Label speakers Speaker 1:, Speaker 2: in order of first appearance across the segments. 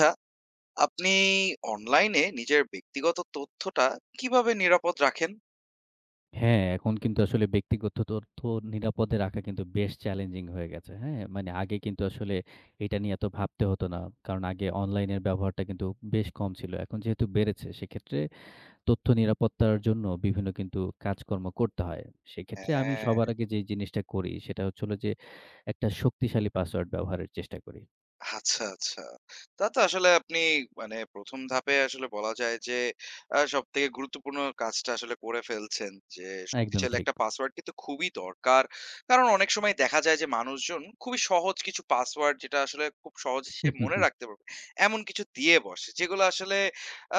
Speaker 1: আচ্ছা, আপনি অনলাইনে নিজের ব্যক্তিগত তথ্যটা কিভাবে নিরাপদ রাখেন?
Speaker 2: হ্যাঁ, এখন কিন্তু আসলে ব্যক্তিগত তথ্য নিরাপদে রাখা কিন্তু বেশ চ্যালেঞ্জিং হয়ে গেছে। হ্যাঁ? মানে আগে কিন্তু আসলে এটা নিয়ে এত ভাবতে হতো না। কারণ আগে অনলাইনের ব্যবহারটা কিন্তু বেশ কম ছিল। এখন যেহেতু বেড়েছে সেক্ষেত্রে তথ্য নিরাপত্তার জন্য বিভিন্ন কিন্তু কাজকর্ম করতে হয়। সেক্ষেত্রে আমি
Speaker 1: হ্যাঁ।
Speaker 2: সবার আগে যে জিনিসটা করি সেটা হচ্ছে হলো যে একটা শক্তিশালী পাসওয়ার্ড ব্যবহারের চেষ্টা করি।
Speaker 1: আচ্ছা, আচ্ছা। তা তো আসলে আপনি মানে ১ম ধাপে আসলে বলা যায় যে সবথেকে গুরুত্বপূর্ণ কাজটা আসলে করে ফেলছেন। যে
Speaker 2: একদমই
Speaker 1: শক্তিশালী
Speaker 2: ঠিক।
Speaker 1: একটা পাসওয়ার্ড কিন্তু খুবই দরকার। কারণ অনেক সময় দেখা যায় যে মানুষজন খুবই সহজ কিছু পাসওয়ার্ড যেটা আসলে খুব সহজে সে মনে রাখতে পারবে। এমন কিছু দিয়ে বসে। যেগুলো আসলে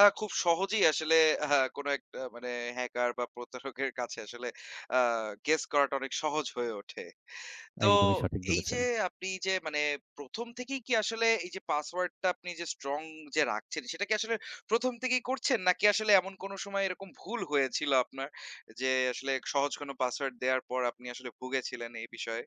Speaker 1: খুব সহজেই আসলে কোনো একটা মানে হ্যাকার বা প্রতারকের কাছে আসলে আ গেস করাটা অনেক সহজ হয়ে ওঠে। তো
Speaker 2: একদমই সঠিক
Speaker 1: এই যে
Speaker 2: বলেছেন।
Speaker 1: আপনি যে মানে ১ম থেকেই কি আসলে এই যে পাসওয়ার্ডটা আপনি যে স্ট্রং যে রাখছেন, সেটা কি আসলে ১ম থেকেই করছেন? নাকি আসলে এমন কোনো সময় এরকম ভুল হয়েছিল আপনার? যে আসলে সহজ কোনো পাসওয়ার্ড দেওয়ার পর আপনি আসলে ভুগেছিলেন এই বিষয়ে?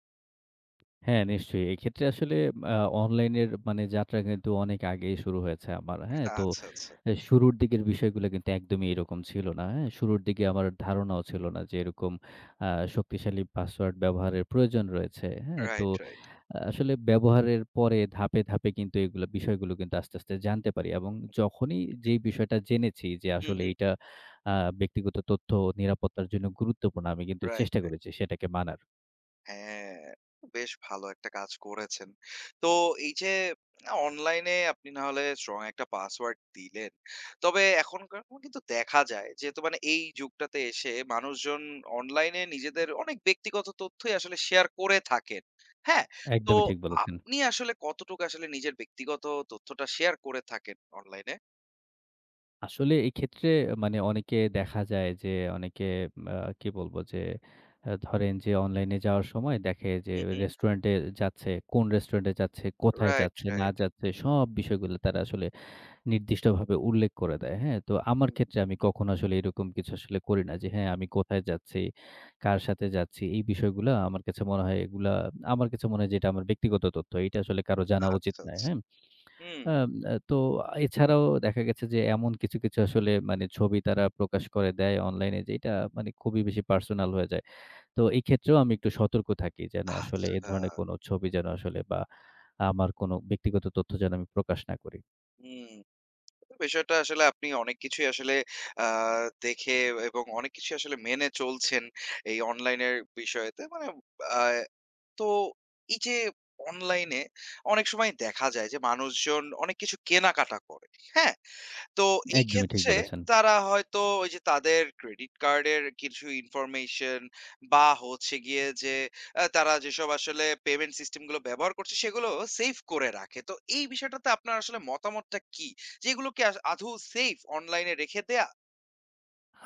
Speaker 2: হ্যাঁ, নিশ্চয়ই। এক্ষেত্রে আসলে আ অনলাইনের মানে যাত্রা কিন্তু অনেক আগেই শুরু হয়েছে আমার। হ্যাঁ? তো
Speaker 1: আচ্ছা, আচ্ছা।
Speaker 2: এ শুরুর দিকের বিষয়গুলো কিন্তু একদমই এরকম ছিল না। হ্যাঁ? শুরুর দিকে আমার ধারণাও ছিল না যে এরকম আ শক্তিশালী পাসওয়ার্ড ব্যবহারের প্রয়োজন রয়েছে। হ্যাঁ? তো
Speaker 1: রাইট, রাইট।
Speaker 2: আসলে ব্যবহারের পরে ধাপে, ধাপে কিন্তু এগুলো বিষয়গুলো কিন্তু আস্তে, আস্তে জানতে পারি এবং যখনই যেই বিষয়টা জেনেছি যে
Speaker 1: হু,
Speaker 2: আসলে
Speaker 1: হু।
Speaker 2: এইটা আ ব্যক্তিগত তথ্য নিরাপত্তার জন্য গুরুত্বপূর্ণ, আমি কিন্তু
Speaker 1: রাইট।
Speaker 2: চেষ্টা করেছি সেটাকে মানার।
Speaker 1: হ্যাঁ, বেশ ভালো একটা কাজ করেছেন। তো এই যে অনলাইনে আপনি না হলে স্ট্রং একটা পাসওয়ার্ড দিলেন। তবে এখনকার কিন্তু দেখা যায় যেহেতু মানে এই যুগটাতে এসে মানুষজন অনলাইনে নিজেদের অনেক ব্যক্তিগত তথ্যই আসলে শেয়ার করে থাকেন। হ্যাঁ? তো
Speaker 2: একদমই ঠিক বলেছেন।
Speaker 1: আপনি আসলে কতটুকু আসলে নিজের ব্যক্তিগত তথ্যটা শেয়ার করে থাকেন অনলাইনে?
Speaker 2: আসলে এক্ষেত্রে মানে অনেকে দেখা যায় যে অনেকে আ কি বলবো যে ধরেন যে অনলাইনে যাওয়ার সময় দেখে যে
Speaker 1: হু, হু।
Speaker 2: রেস্টুরেন্টে যাচ্ছে, কোন রেস্টুরেন্টে যাচ্ছে, কোথায়
Speaker 1: রাইট,
Speaker 2: যাচ্ছে, না
Speaker 1: রাইট।
Speaker 2: যাচ্ছে সব বিষয়গুলো তারা আসলে নির্দিষ্টভাবে উল্লেখ করে দেয়। হ্যাঁ? তো আমার ক্ষেত্রে আমি কখনো আসলে এরকম কিছু আসলে করি না যে হ্যাঁ, আমি কোথায় যাচ্ছি, কার সাথে যাচ্ছি এই বিষয়গুলা আমার কাছে মনে হয় এগুলা আমার কাছে মনে হয় যে এটা আমার ব্যক্তিগত তথ্য। এটা আসলে কারো জানা উচিত
Speaker 1: আচ্ছা,
Speaker 2: নয়।
Speaker 1: আচ্ছা।
Speaker 2: হ্যাঁ?
Speaker 1: হুম।
Speaker 2: আম আ তো এছাড়াও দেখা গেছে যে এমন কিছু, কিছু আসলে মানে ছবি তারা প্রকাশ করে দেয় অনলাইনে যেটা মানে খুবই বেশি পার্সোনাল হয়ে যায়। তো এই ক্ষেত্রেও আমি একটু সতর্ক থাকি যেন আসলে এ
Speaker 1: আচ্ছা।
Speaker 2: ধরনের কোনো ছবি যেন আসলে বা আমার কোনো ব্যক্তিগত তথ্য যেন আমি প্রকাশ না করি।
Speaker 1: হুম। বিষয়টা আসলে আপনি অনেক কিছুই আসলে আ দেখে এবং অনেক কিছুই আসলে মেনে চলছেন এই অনলাইনের বিষয়তে। মানে আ তো এই যে অনলাইনে অনেক সময় দেখা যায় যে মানুষজন অনেক কিছু কেনাকাটা করে। হ্যাঁ? তো এই
Speaker 2: একদমই ঠিক
Speaker 1: ক্ষেত্রে
Speaker 2: বলেছেন।
Speaker 1: তারা হয়তো ওই যে তাদের ক্রেডিট কার্ডের কিছু ইনফরমেশন বা হচ্ছে গিয়ে যে তারা যেসব আসলে পেমেন্ট সিস্টেম গুলো ব্যবহার করছে সেগুলো সেভ করে রাখে। তো এই বিষয়টাতে আপনার আসলে মতামতটা কি? যে এগুলো কি আদৌ সেফ অনলাইনে রেখে দেয়া?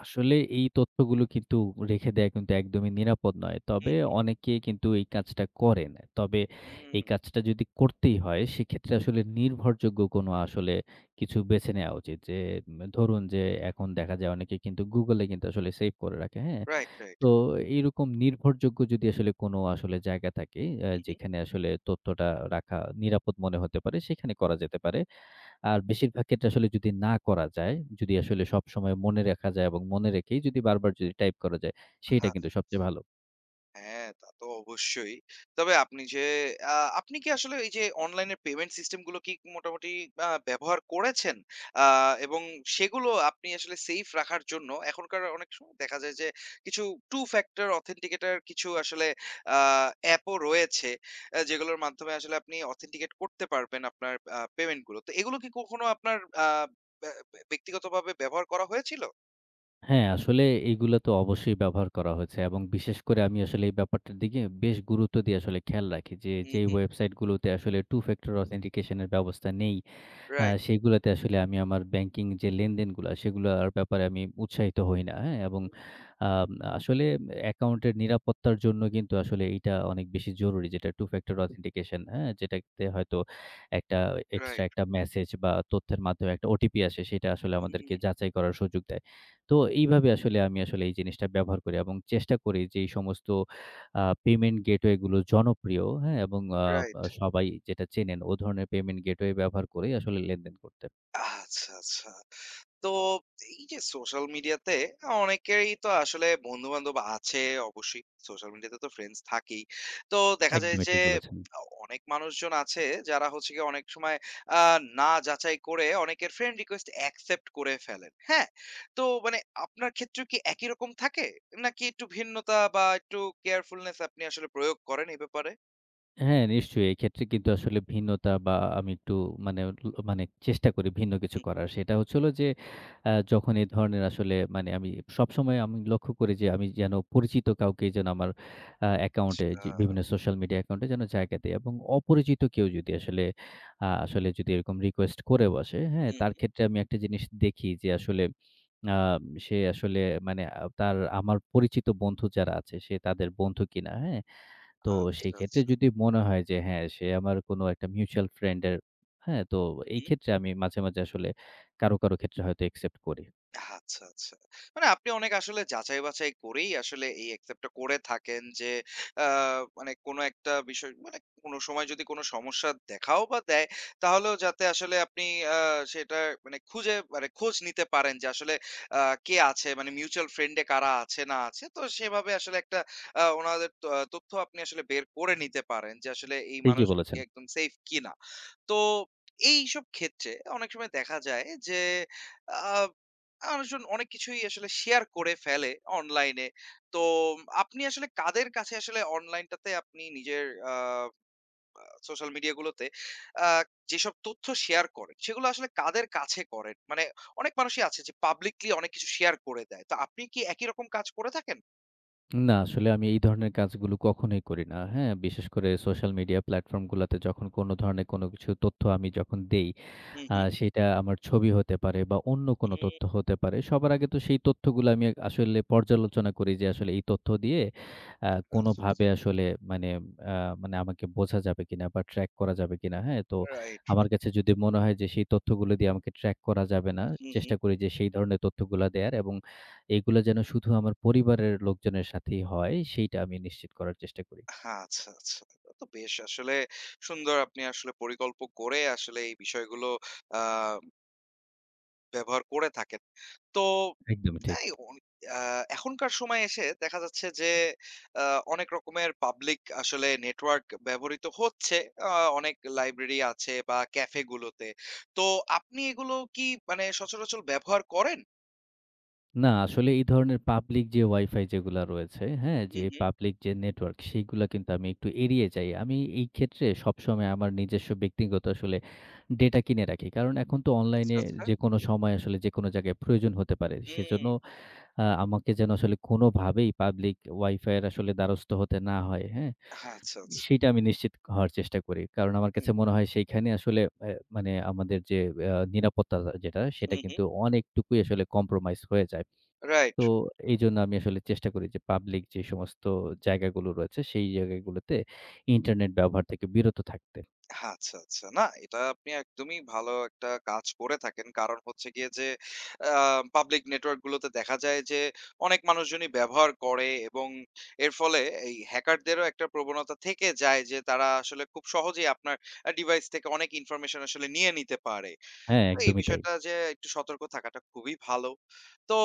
Speaker 2: আসলে এই তথ্যগুলো কিন্তু রেখে দেয়া কিন্তু একদমই নিরাপদ নয়।
Speaker 1: হুম,
Speaker 2: তবে
Speaker 1: right, right, হুম।
Speaker 2: অনেকে কিন্তু এই কাজটা করেন। তবে
Speaker 1: হুম,
Speaker 2: এই কাজটা যদি করতেই হয় সেক্ষেত্রে আসলে নির্ভরযোগ্য কোনো আসলে কিছু বেছে নেয়া উচিত। যে ধরুন যে এখন দেখা যায় অনেকে কিন্তু Google এ কিন্তু আসলে সেভ করে রাখে, হ্যাঁ?
Speaker 1: Right, right.
Speaker 2: তো এইরকম নির্ভরযোগ্য যদি আসলে কোনো আসলে জায়গা থাকে
Speaker 1: হু, হু।
Speaker 2: যেখানে আসলে তথ্যটা রাখা নিরাপদ মনে হতে পারে সেখানে করা যেতে পারে। আর বেশিরভাগ ক্ষেত্রে আসলে যদি না করা যায়, যদি আসলে সবসময় মনে রাখা যায় এবং মনে রেখেই যদি বারবার যদি টাইপ করা যায়,
Speaker 1: আচ্ছা,
Speaker 2: সেইটা কিন্তু
Speaker 1: আচ্ছা।
Speaker 2: সবচেয়ে ভালো।
Speaker 1: হ্যাঁ, তা তো অবশ্যই। তবে আ আপনি কি আসলে এই যে অনলাইনের পেমেন্ট সিস্টেম গুলো কি মোটামুটি ব্যবহার করেছেন? আ এবং সেগুলো আপনি আসলে সেফ রাখার জন্য এখনকার অনেক সময় দেখা যায় যে কিছু two factor authenticator কিছু আসলে আ অ্যাপও রয়েছে। যেগুলোর মাধ্যমে আসলে আপনি অথেন্টিকেট করতে পারবেন আপনার পেমেন্ট গুলো। তো এগুলো কি কখনো আপনার আ ব্যা ব্যা ব্যক্তিগতভাবে ব্যবহার করা হয়েছিল?
Speaker 2: হ্যাঁ, আসলে এইগুলা তো অবশ্যই ব্যবহার করা হয়েছে এবং বিশেষ করে আমি আসলে এই ব্যাপারটার দিকে বেশ গুরুত্ব দিয়ে আসলে খেয়াল রাখি যে,
Speaker 1: হু,
Speaker 2: যেই
Speaker 1: হু।
Speaker 2: ওয়েবসাইটগুলোতে আসলে Two Factor Authentication এর ব্যবস্থা নেই
Speaker 1: রাইট।
Speaker 2: সেগুলাতে আসলে আমি আমার ব্যাংকিং যে লেনদেনগুলা, সেগুলার ব্যাপারে আমি উৎসাহিত হই না, হ্যাঁ? এবং
Speaker 1: হুম,
Speaker 2: আম আসলে অ্যাকাউন্টের নিরাপত্তার জন্য কিন্তু আসলে এইটা অনেক বেশি জরুরি যেটা টু ফ্যাক্টর অথেন্টিকেশন, হ্যাঁ? যেটাতে হয়তো একটা এক্সট্রা
Speaker 1: রাইট।
Speaker 2: একটা মেসেজ বা তথ্যের মাধ্যমে একটা ওটিপি আসে, সেটা আসলে
Speaker 1: হুম,
Speaker 2: আমাদেরকে যাচাই করার সুযোগ দেয়। তো এইভাবে আসলে আমি আসলে এই জিনিসটা ব্যবহার করি এবং চেষ্টা করি যে এই সমস্ত পেমেন্ট গেটওয়ে গুলো জনপ্রিয়, হ্যাঁ? এবং আ আ
Speaker 1: রাইট।
Speaker 2: হুম। সবাই যেটা চেনেন ও ধরনের পেমেন্ট গেটওয়ে ব্যবহার করেই আসলে লেনদেন করতে।
Speaker 1: আচ্ছা, আচ্ছা। তো এই যে সোশ্যাল মিডিয়াতে অনেকেরই তো আসলে বন্ধু-বান্ধব আছে অবশ্যই। সোশ্যাল মিডিয়াতে তো ফ্রেন্ডস থাকেই। তো দেখা যায়
Speaker 2: একদমই
Speaker 1: যে
Speaker 2: ঠিক বলেছেন।
Speaker 1: অনেক মানুষজন আছে যারা হচ্ছে গিয়ে অনেক সময় আ না যাচাই করে অনেকের ফ্রেন্ড রিকোয়েস্ট অ্যাকসেপ্ট করে ফেলেন। হ্যাঁ? তো মানে আপনার ক্ষেত্রেও কি একই রকম থাকে? নাকি একটু ভিন্নতা বা একটু কেয়ারফুলনেস আপনি আসলে প্রয়োগ করেন এই ব্যাপারে?
Speaker 2: হ্যাঁ, নিশ্চয়ই। এক্ষেত্রে কিন্তু আসলে ভিন্নতা বা আমি একটু মানে মানে চেষ্টা করি ভিন্ন কিছু
Speaker 1: হুম,
Speaker 2: করার। সেটা হচ্ছে হলো যে, যখন এ ধরনের আসলে মানে আমি সবসময় আমি লক্ষ্য করি যে, আমি যেন পরিচিত কাউকে যেন আমার অ্যাকাউন্টে
Speaker 1: আচ্ছা।
Speaker 2: যে বিভিন্ন সোশ্যাল মিডিয়া অ্যাকাউন্টে যেন জায়গা দেই এবং অপরিচিত কেউ যদি আসলে আসলে যদি এরকম রিকোয়েস্ট করে বসে, হ্যাঁ?
Speaker 1: হুম,
Speaker 2: তার
Speaker 1: হুম।
Speaker 2: ক্ষেত্রে আমি একটা জিনিস দেখি যে আসলে আ সে আসলে মানে তার আমার পরিচিত বন্ধু যারা আছে, সে তাদের বন্ধু কিনা, হ্যাঁ? তো সেই
Speaker 1: আচ্ছা,
Speaker 2: ক্ষেত্রে
Speaker 1: আচ্ছা।
Speaker 2: যদি মনে হয় যে হ্যাঁ, সে আমার কোনো একটা মিউচুয়াল ফ্রেন্ড এর হ্যাঁ, তো এই
Speaker 1: হুম।
Speaker 2: ক্ষেত্রে আমি মাঝে, মাঝে আসলে কারো, কারো ক্ষেত্রে হয়তো একসেপ্ট করি।
Speaker 1: আচ্ছা, আচ্ছা। মানে আপনি অনেক আসলে যাচাই-বাছাই করেই আসলে এই accept টা করে থাকেন যে, আ মানে কোনো একটা বিষয় মানে কোনো সময় যদি কোনো সমস্যা দেখাও বা দেয়, তাহলেও যাতে আসলে আপনি আ সেটা মানে খুঁজে মানে খোঁজ নিতে পারেন যে আসলে আ কে আছে মানে মিউচুয়াল ফ্রেন্ড এ কারা আছে না আছে। তো সেভাবে আসলে একটা ওনাদের তথ্য আপনি আসলে বের করে নিতে পারেন যে আসলে এই
Speaker 2: ঠিকই
Speaker 1: মানুষকে
Speaker 2: বলেছেন।
Speaker 1: একদম সেফ কিনা। তো এইসব ক্ষেত্রে অনেক সময় দেখা যায় যে আ মানুষজন অনেক কিছুই আসলে শেয়ার করে ফেলে অনলাইনে। তো আপনি আসলে কাদের কাছে আসলে অনলাইনটাতে আপনি নিজের আ সোশ্যাল মিডিয়া গুলোতে আ যেসব তথ্য শেয়ার করেন, সেগুলো আসলে কাদের কাছে করেন? মানে অনেক মানুষই আছে যে পাবলিকলি অনেক কিছু শেয়ার করে দেয়। তো আপনি কি একই রকম কাজ করে থাকেন?
Speaker 2: না আসলে আমি এই ধরনের কাজগুলো কখনোই করি না। হ্যাঁ, বিশেষ করে সোশ্যাল মিডিয়া প্ল্যাটফর্ম গুলাতে যখন কোনো ধরনের কোনো কিছু তথ্য আমি যখন দেই
Speaker 1: হুম,
Speaker 2: আ
Speaker 1: হুম।
Speaker 2: সেটা আমার ছবি হতে পারে বা অন্য কোনো তথ্য
Speaker 1: হুম,
Speaker 2: হতে পারে। সবার আগে তো সেই তথ্যগুলো আমি আসলে পর্যালোচনা করি যে আসলে এই তথ্য দিয়ে
Speaker 1: আচ্ছা, আচ্ছা।
Speaker 2: কোনোভাবে আসলে মানে আ মানে আমাকে বোঝা যাবে কিনা বা ট্র্যাক করা যাবে কিনা, হ্যাঁ? তো
Speaker 1: রাইট,
Speaker 2: আমার
Speaker 1: রাইট।
Speaker 2: কাছে যদি মনে হয় যে সেই তথ্যগুলো দিয়ে আমাকে ট্র্যাক করা যাবে না,
Speaker 1: হুম, হুম।
Speaker 2: চেষ্টা করি যে সেই ধরনের তথ্যগুলা দেয়ার এবং এগুলো যেন শুধু আমার পরিবারের লোকজনের সাথেই হয় সেইটা আমি নিশ্চিত করার চেষ্টা করি।
Speaker 1: আচ্ছা, আচ্ছা। এটা তো বেশ আসলে সুন্দর আপনি আসলে পরিকল্পক করে আসলে এই বিষয়গুলো আ ব্যবহার করে থাকেন। তো
Speaker 2: একদমই ঠিক।
Speaker 1: এই অন আ এখনকার সময়ে এসে দেখা যাচ্ছে যে আ অনেক রকমের পাবলিক আসলে নেটওয়ার্ক ব্যবহৃত হচ্ছে। আ অনেক লাইব্রেরি আছে বা ক্যাফে গুলোতে। তো আপনি এগুলো কি মানে সচরাচর ব্যবহার করেন?
Speaker 2: না, আসলে এই ধরনের পাবলিক যে Wi-Fi যেগুলা রয়েছে, হ্যাঁ?
Speaker 1: হু,
Speaker 2: যে
Speaker 1: হু।
Speaker 2: পাবলিক যে নেটওয়ার্ক সেইগুলা কিন্তু আমি একটু এড়িয়ে যাই। আমি এই ক্ষেত্রে সবসময় আমার নিজস্ব ব্যক্তিগত আসলে ডেটা কিনে রাখি। কারণ এখন তো
Speaker 1: আচ্ছা,
Speaker 2: অনলাইনে
Speaker 1: আচ্ছা।
Speaker 2: যেকোনো সময় আসলে যেকোনো জায়গায় প্রয়োজন হতে পারে।
Speaker 1: হুম।
Speaker 2: সেজন্য আমাকে যেন আসলে কোনোভাবেই পাবলিক Wi-Fi এর আসলে দ্বারস্থ হতে না হয়, হ্যাঁ?
Speaker 1: আচ্ছা, আচ্ছা।
Speaker 2: সেইটা আমি নিশ্চিত হওয়ার চেষ্টা করি। কারণ আমার কাছে
Speaker 1: হুম,
Speaker 2: মনে হয় সেইখানে আসলে মানে আমাদের যে নিরাপত্তা যেটা
Speaker 1: হু,
Speaker 2: সেটা
Speaker 1: হু।
Speaker 2: কিন্তু অনেকটুকুই আসলে compromise হয়ে যায়।
Speaker 1: রাইট।
Speaker 2: তো এইজন্য আমি আসলে চেষ্টা করি যে পাবলিক যে সমস্ত জায়গাগুলো রয়েছে সেই জায়গাগুলোতে ইন্টারনেট ব্যবহার থেকে বিরত থাকতে।
Speaker 1: আচ্ছা, আচ্ছা। না, এটা আপনি একদমই ভালো একটা কাজ করে থাকেন। কারণ হচ্ছে গিয়ে যে আ পাবলিক নেটওয়ার্ক গুলোতে দেখা যায় যে অনেক মানুষজনই ব্যবহার করে এবং এর ফলে এই হ্যাকারদেরও একটা প্রবণতা থেকে যায় যে তারা আসলে খুব সহজেই আপনার ডিভাইস থেকে অনেক ইনফরমেশন আসলে নিয়ে নিতে পারে।
Speaker 2: হ্যাঁ,
Speaker 1: তো এই
Speaker 2: একদমই তাই।
Speaker 1: বিষয়টা যে একটু সতর্ক থাকাটা খুবই ভালো। তো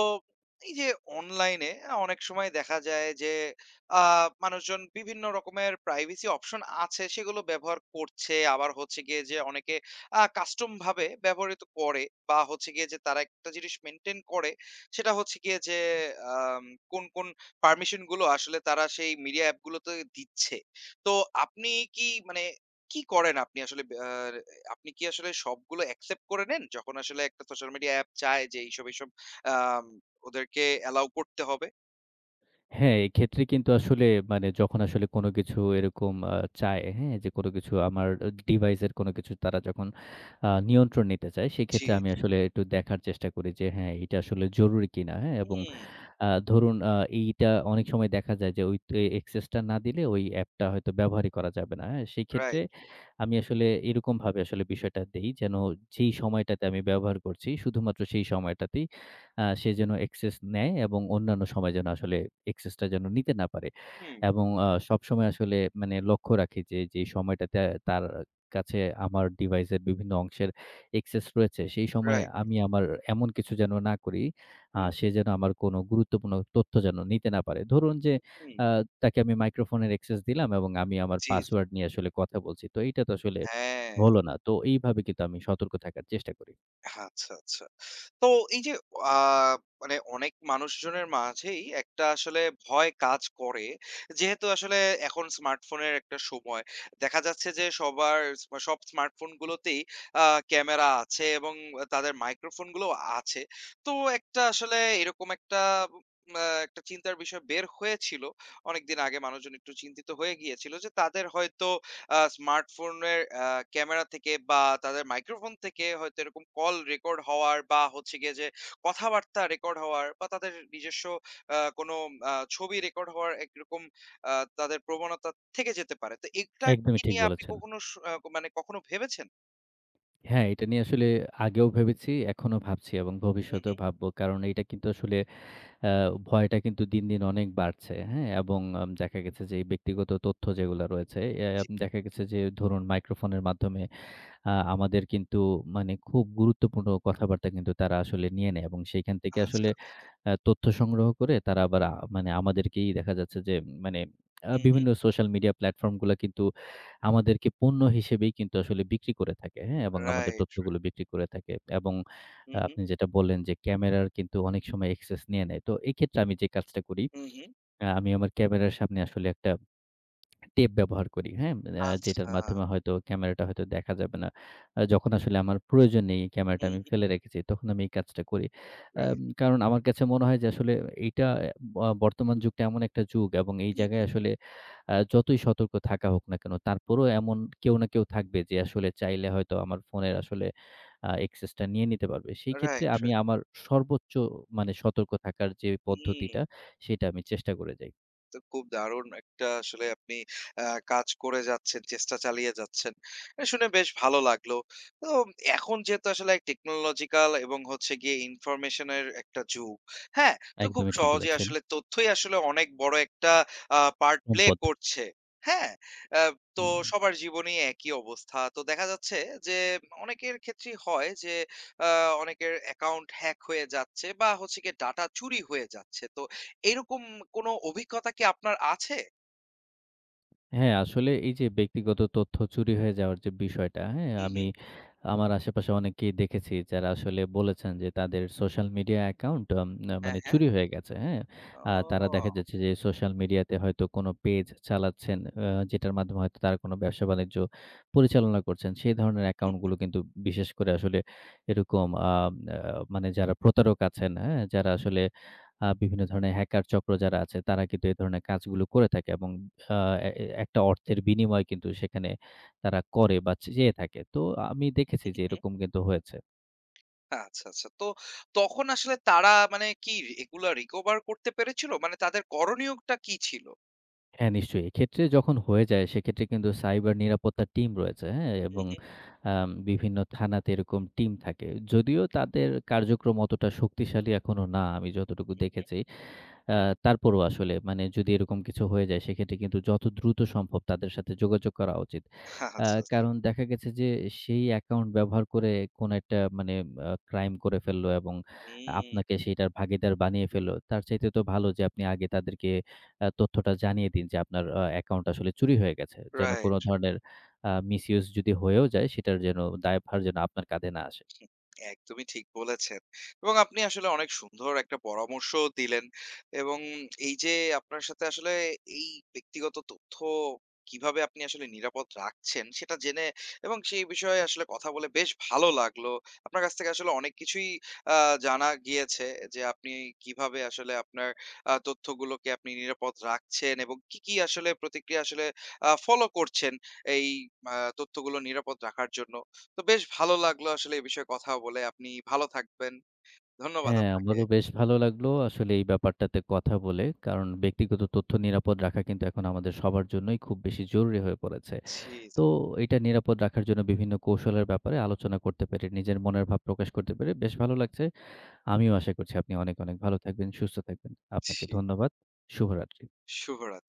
Speaker 1: এই যে অনলাইনে অনেক সময় দেখা যায় যে আ মানুষজন বিভিন্ন রকমের প্রাইভেসি অপশন আছে সেগুলো ব্যবহার করছে। আবার হচ্ছে গিয়ে যে অনেকে কাস্টম ভাবে ব্যবহৃত করে বা হচ্ছে গিয়ে যে তারা একটা জিনিস মেইনটেইন করে সেটা হচ্ছে গিয়ে যে আম কোন, কোন পারমিশন গুলো আসলে তারা সেই মিডিয়া অ্যাপ গুলোতে দিচ্ছে। তো আপনি কি মানে কি করেন আপনি কি আসলে সবগুলো অ্যাকসেপ্ট করে নেন? যখন আসলে একটা সোশ্যাল মিডিয়া অ্যাপ চায় যে এইসব, এইসব আম ওদেরকে এলাও করতে হবে?
Speaker 2: হ্যাঁ, এক্ষেত্রে কিন্তু আসলে মানে যখন আসলে কোনো কিছু এরকম চায়, হ্যাঁ? যে কোনো কিছু আমার ডিভাইসের কোনো কিছু তারা যখন নিয়ন্ত্রণ নিতে চায়,
Speaker 1: জি,
Speaker 2: সেক্ষেত্রে আমি
Speaker 1: জি।
Speaker 2: আসলে একটু দেখার চেষ্টা করি যে হ্যাঁ, এটা আসলে জরুরি কিনা, হ্যাঁ? এবং
Speaker 1: হুম,
Speaker 2: ধরুন এইটা অনেক সময় দেখা যায় যে ওই এ access টা না দিলে ওই অ্যাপটা হয়তো ব্যবহারই করা যাবে না, হ্যাঁ? সেক্ষেত্রে
Speaker 1: রাইট।
Speaker 2: আমি আসলে এরকমভাবে আসলে বিষয়টা দেই যেন যেই সময়টাতে আমি ব্যবহার করছি শুধুমাত্র সেই সময়টাতেই সে যেন access নেয় এবং অন্যান্য সময় যেন আসলে access টা যেন নিতে না পারে।
Speaker 1: হুম,
Speaker 2: এবং সবসময় আসলে মানে লক্ষ্য রাখি যে, যে সময়টাতে তার কাছে আমার ডিভাইসের বিভিন্ন অংশের access রয়েছে, সেই সময়
Speaker 1: রাইট।
Speaker 2: আমি আমার এমন কিছু যেন না করি,
Speaker 1: হুম,
Speaker 2: সে
Speaker 1: হুম,
Speaker 2: যেন আমার কোনো গুরুত্বপূর্ণ তথ্য যেন নিতে না পারে। ধরুন যে,
Speaker 1: হুম।
Speaker 2: আ তাকে আমি মাইক্রোফোনের access দিলাম এবং আমি আমার
Speaker 1: জি, জি।
Speaker 2: পাসওয়ার্ড নিয়ে আসলে কথা বলছি। তো এইটা তো আসলে
Speaker 1: হ্যাঁ।
Speaker 2: হলো না। তো এইভাবে কিন্তু আমি সতর্ক থাকার চেষ্টা করি।
Speaker 1: আচ্ছা, আচ্ছা। তো এই যে আ মানে অনেক মানুষজনের মাঝেই একটা আসলে ভয় কাজ করে। যেহেতু আসলে এখন স্মার্টফোনের একটা সময়। দেখা যাচ্ছে যে সবার সব স্মার্টফোনগুলোতেই আ ক্যামেরা আছে এবং তাদের মাইক্রোফোন গুলোও আছে। তো একটা আসলে এরকম একটা একটা চিন্তার বিষয় বের হয়েছিল। অনেকদিন আগে মানুষজন একটু চিন্তিত হয়ে গিয়েছিল যে তাদের হয়তো স্মার্টফোনের ক্যামেরা থেকে বা তাদের মাইক্রোফোন থেকে হয়তো এরকম কল রেকর্ড হওয়ার বা হচ্ছে গিয়ে যে কথাবার্তা রেকর্ড হওয়ার বা তাদের নিজস্ব কোনো ছবি রেকর্ড হওয়ার একরকম আ তাদের প্রবণতা থেকে যেতে পারে। তো এটা
Speaker 2: একদমই
Speaker 1: কি
Speaker 2: ঠিক
Speaker 1: নিয়ে আপনি
Speaker 2: বলেছেন।
Speaker 1: কখনো স আ মানে কখনো ভেবেছেন?
Speaker 2: হ্যাঁ, এটা নিয়ে আসলে আগেও ভেবেছি, এখনো ভাবছি এবং
Speaker 1: হুম,
Speaker 2: ভবিষ্যতেও
Speaker 1: হুম।
Speaker 2: ভাববো। কারণ এইটা কিন্তু আসলে আ ভয়টা কিন্তু দিন, দিন অনেক বাড়ছে। হ্যাঁ? এবং দেখা গেছে যে এই ব্যক্তিগত তথ্য যেগুলা রয়েছে, এ
Speaker 1: জি।
Speaker 2: আম দেখা গেছে যে ধরুন মাইক্রোফোনের মাধ্যমে আমাদের কিন্তু মানে খুব গুরুত্বপূর্ণ কথাবার্তা কিন্তু তারা আসলে নিয়ে নেয় এবং সেইখান থেকে আসলে
Speaker 1: আচ্ছা, আচ্ছা।
Speaker 2: তথ্য সংগ্রহ করে তারা আবার মানে আমাদেরকেই দেখা যাচ্ছে যে মানে
Speaker 1: হুম, হুম।
Speaker 2: বিভিন্ন সোশ্যাল মিডিয়া প্ল্যাটফর্ম গুলা কিন্তু আমাদেরকে পণ্য হিসেবেই কিন্তু আসলে বিক্রি করে থাকে, হ্যাঁ? এবং আমাদের
Speaker 1: রাইট,
Speaker 2: তথ্যগুলো
Speaker 1: রাইট।
Speaker 2: বিক্রি করে থাকে এবং
Speaker 1: হুম, হুম।
Speaker 2: আপনি যেটা বললেন যে ক্যামেরার কিন্তু অনেক সময় অ্যাক্সেস নিয়ে নেয়। তো এক্ষেত্রে আমি যে কাজটা করি,
Speaker 1: হুম, হুম।
Speaker 2: আমি আমার ক্যামেরার সামনে আসলে একটা টেপ ব্যবহার করি, হ্যাঁ? যেটার
Speaker 1: আচ্ছা।
Speaker 2: মাধ্যমে হয়তো ক্যামেরাটা হয়তো দেখা যাবে না। যখন আসলে আমার প্রয়োজন নেই, ক্যামেরাটা
Speaker 1: হুম,
Speaker 2: আমি
Speaker 1: হুম।
Speaker 2: ফেলে রেখেছি, তখন আমি এই কাজটা করি।
Speaker 1: রাইট।
Speaker 2: কারণ আমার কাছে মনে হয় যে আসলে এইটা বর্তমান যুগটা এমন একটা যুগ এবং এই
Speaker 1: হুম,
Speaker 2: জায়গায়
Speaker 1: হুম।
Speaker 2: আসলে যতই সতর্ক থাকা হোক না কেন, তারপরেও এমন কেউ না কেউ থাকবে যে আসলে চাইলে হয়তো আমার ফোনের আসলে access টা নিয়ে নিতে পারবে। সেই ক্ষেত্রে
Speaker 1: রাইট,
Speaker 2: আমি
Speaker 1: রাইট।
Speaker 2: আমার সর্বোচ্চ মানে সতর্ক থাকার যে
Speaker 1: হুম।
Speaker 2: পদ্ধতিটা, সেটা আমি চেষ্টা করে যাই।
Speaker 1: তো খুব দারুণ একটা আসলে আপনি আ কাজ করে যাচ্ছেন, চেষ্টা চালিয়ে যাচ্ছেন। এ শুনে বেশ ভালো লাগলো। তো এখন যেহেতু আসলে টেকনোলজিক্যাল এবং হচ্ছে গিয়ে ইনফরমেশন এর একটা যুগ, হ্যাঁ? তো খুব
Speaker 2: একদমই ঠিক
Speaker 1: সহজে
Speaker 2: বলেছেন।
Speaker 1: আসলে তথ্যই আসলে অনেক বড় একটা পার্ট প্লে
Speaker 2: সম্পদ।
Speaker 1: করছে, হ্যাঁ? আ তো
Speaker 2: হুম।
Speaker 1: সবার জীবনেই একই অবস্থা। তো দেখা যাচ্ছে যে অনেকের ক্ষেত্রেই হয় যে আ অনেকের অ্যাকাউন্ট হ্যাক হয়ে যাচ্ছে বা হচ্ছে গিয়ে ডাটা চুরি হয়ে যাচ্ছে। তো এরকম কোনো অভিজ্ঞতা কি আপনার আছে?
Speaker 2: হ্যাঁ, আসলে এই যে ব্যক্তিগত তথ্য চুরি হয়ে যাওয়ার যে বিষয়টা, হ্যাঁ?
Speaker 1: হুম,
Speaker 2: আমি
Speaker 1: হুম।
Speaker 2: আমার আশেপাশে অনেকেই দেখেছি যারা আসলে বলেছেন যে তাদের social media account um ah
Speaker 1: হ্যাঁ,
Speaker 2: মানে
Speaker 1: হ্যাঁ।
Speaker 2: চুরি হয়ে গেছে, হ্যাঁ? তারা দেখা
Speaker 1: ও!
Speaker 2: যাচ্ছে যে সোশ্যাল মিডিয়াতে হয়তো কোনো পেজ চালাচ্ছেন যেটার মাধ্যমে হয়তো তারা কোনো ব্যবসা-বাণিজ্য পরিচালনা করছেন। সেই ধরনের
Speaker 1: হুম, হুম,
Speaker 2: অ্যাকাউন্টগুলো কিন্তু বিশেষ করে আসলে এরকম আ আ মানে যারা প্রতারক আছেন, হ্যাঁ? যারা আসলে বিভিন্ন ধরনের হ্যাকার চক্র যারা আছে তারা কিন্তু এই ধরনের কাজগুলো করে থাকে এবং আ একটা অর্থের বিনিময়ে কিন্তু সেখানে তারা করে বা চেয়ে থাকে। তো আমি দেখেছি
Speaker 1: হুম,
Speaker 2: যে
Speaker 1: হুম।
Speaker 2: এরকম কিন্তু হয়েছে।
Speaker 1: আচ্ছা, আচ্ছা। তো তখন আসলে তারা মানে কি এগুলা recover করতে পেরেছিল? মানে তাদের করণীয়টা কি ছিল?
Speaker 2: হ্যাঁ, নিশ্চয়ই। এক্ষেত্রে যখন হয়ে যায় সেক্ষেত্রে কিন্তু সাইবার নিরাপত্তা টিম রয়েছে, হ্যাঁ?
Speaker 1: হুম,
Speaker 2: এবং
Speaker 1: হুম,
Speaker 2: বিভিন্ন থানাতে এরকম টিম থাকে। যদিও তাদের কার্যক্রম অতটা শক্তিশালী এখনো না আমি
Speaker 1: হুম,
Speaker 2: যতটুকু
Speaker 1: হুম।
Speaker 2: দেখেছি। আ তারপরও আসলে মানে যদি এরকম কিছু হয়ে যায় সেক্ষেত্রে কিন্তু যত দ্রুত সম্ভব তাদের সাথে যোগাযোগ করা উচিত। আ
Speaker 1: আচ্ছা, আচ্ছা।
Speaker 2: কারণ দেখা গেছে যে সেই অ্যাকাউন্ট ব্যবহার করে কোনো একটা মানে ক্রাইম করে ফেললো এবং
Speaker 1: হুম,
Speaker 2: আপনাকে সেইটার ভাগীদার বানিয়ে ফেললো। তার চাইতে তো ভালো যে আপনি আগে তাদেরকে তথ্যটা জানিয়ে দিন যে আপনার অ্যাকাউন্ট আসলে চুরি হয়ে গেছে। যেন কোনো
Speaker 1: রাইট।
Speaker 2: ধরনের মিসইউজ যদি হয়েও যায় সেটার যেন দায়ভার যেন আপনার কাঁধে না আসে।
Speaker 1: একদমই ঠিক বলেছেন। এবং আপনি আসলে অনেক সুন্দর একটা পরামর্শও দিলেন। এবং এই যে আপনার সাথে আসলে এই ব্যক্তিগত তথ্য কিভাবে আপনি আসলে নিরাপদ রাখছেন সেটা জেনে এবং সেই বিষয়ে আসলে কথা বলে বেশ ভালো লাগলো। আপনার কাছ থেকে আসলে অনেক কিছুই আ জানা গিয়েছে যে আপনি কিভাবে আসলে আপনার তথ্যগুলোকে আপনি নিরাপদ রাখছেন এবং কি, কি আসলে প্রতিক্রিয়া আসলে ফলো করছেন এই তথ্যগুলো নিরাপদ রাখার জন্য। তো বেশ ভালো লাগলো আসলে এই বিষয়ে কথা বলে। আপনি ভালো থাকবেন। ধন্যবাদ
Speaker 2: হ্যাঁ,
Speaker 1: আপনাকে।
Speaker 2: আমারও বেশ ভালো লাগলো আসলে এই ব্যাপারটাতে কথা বলে। কারণ ব্যক্তিগত তথ্য নিরাপদ রাখা কিন্তু এখন আমাদের সবার জন্যই খুব বেশি জরুরি হয়ে পড়েছে।
Speaker 1: জি, জি,
Speaker 2: তো এটা নিরাপদ রাখার জন্য বিভিন্ন কৌশলের ব্যাপারে আলোচনা করতে পেরে, নিজের মনের ভাব প্রকাশ করতে পেরে বেশ ভালো লাগছে। আমিও আশা করছি আপনি অনেক, অনেক ভালো থাকবেন, সুস্থ থাকবেন। আপনাকে
Speaker 1: জি।
Speaker 2: ধন্যবাদ। শুভরাত্রি।
Speaker 1: শুভরাত্রি।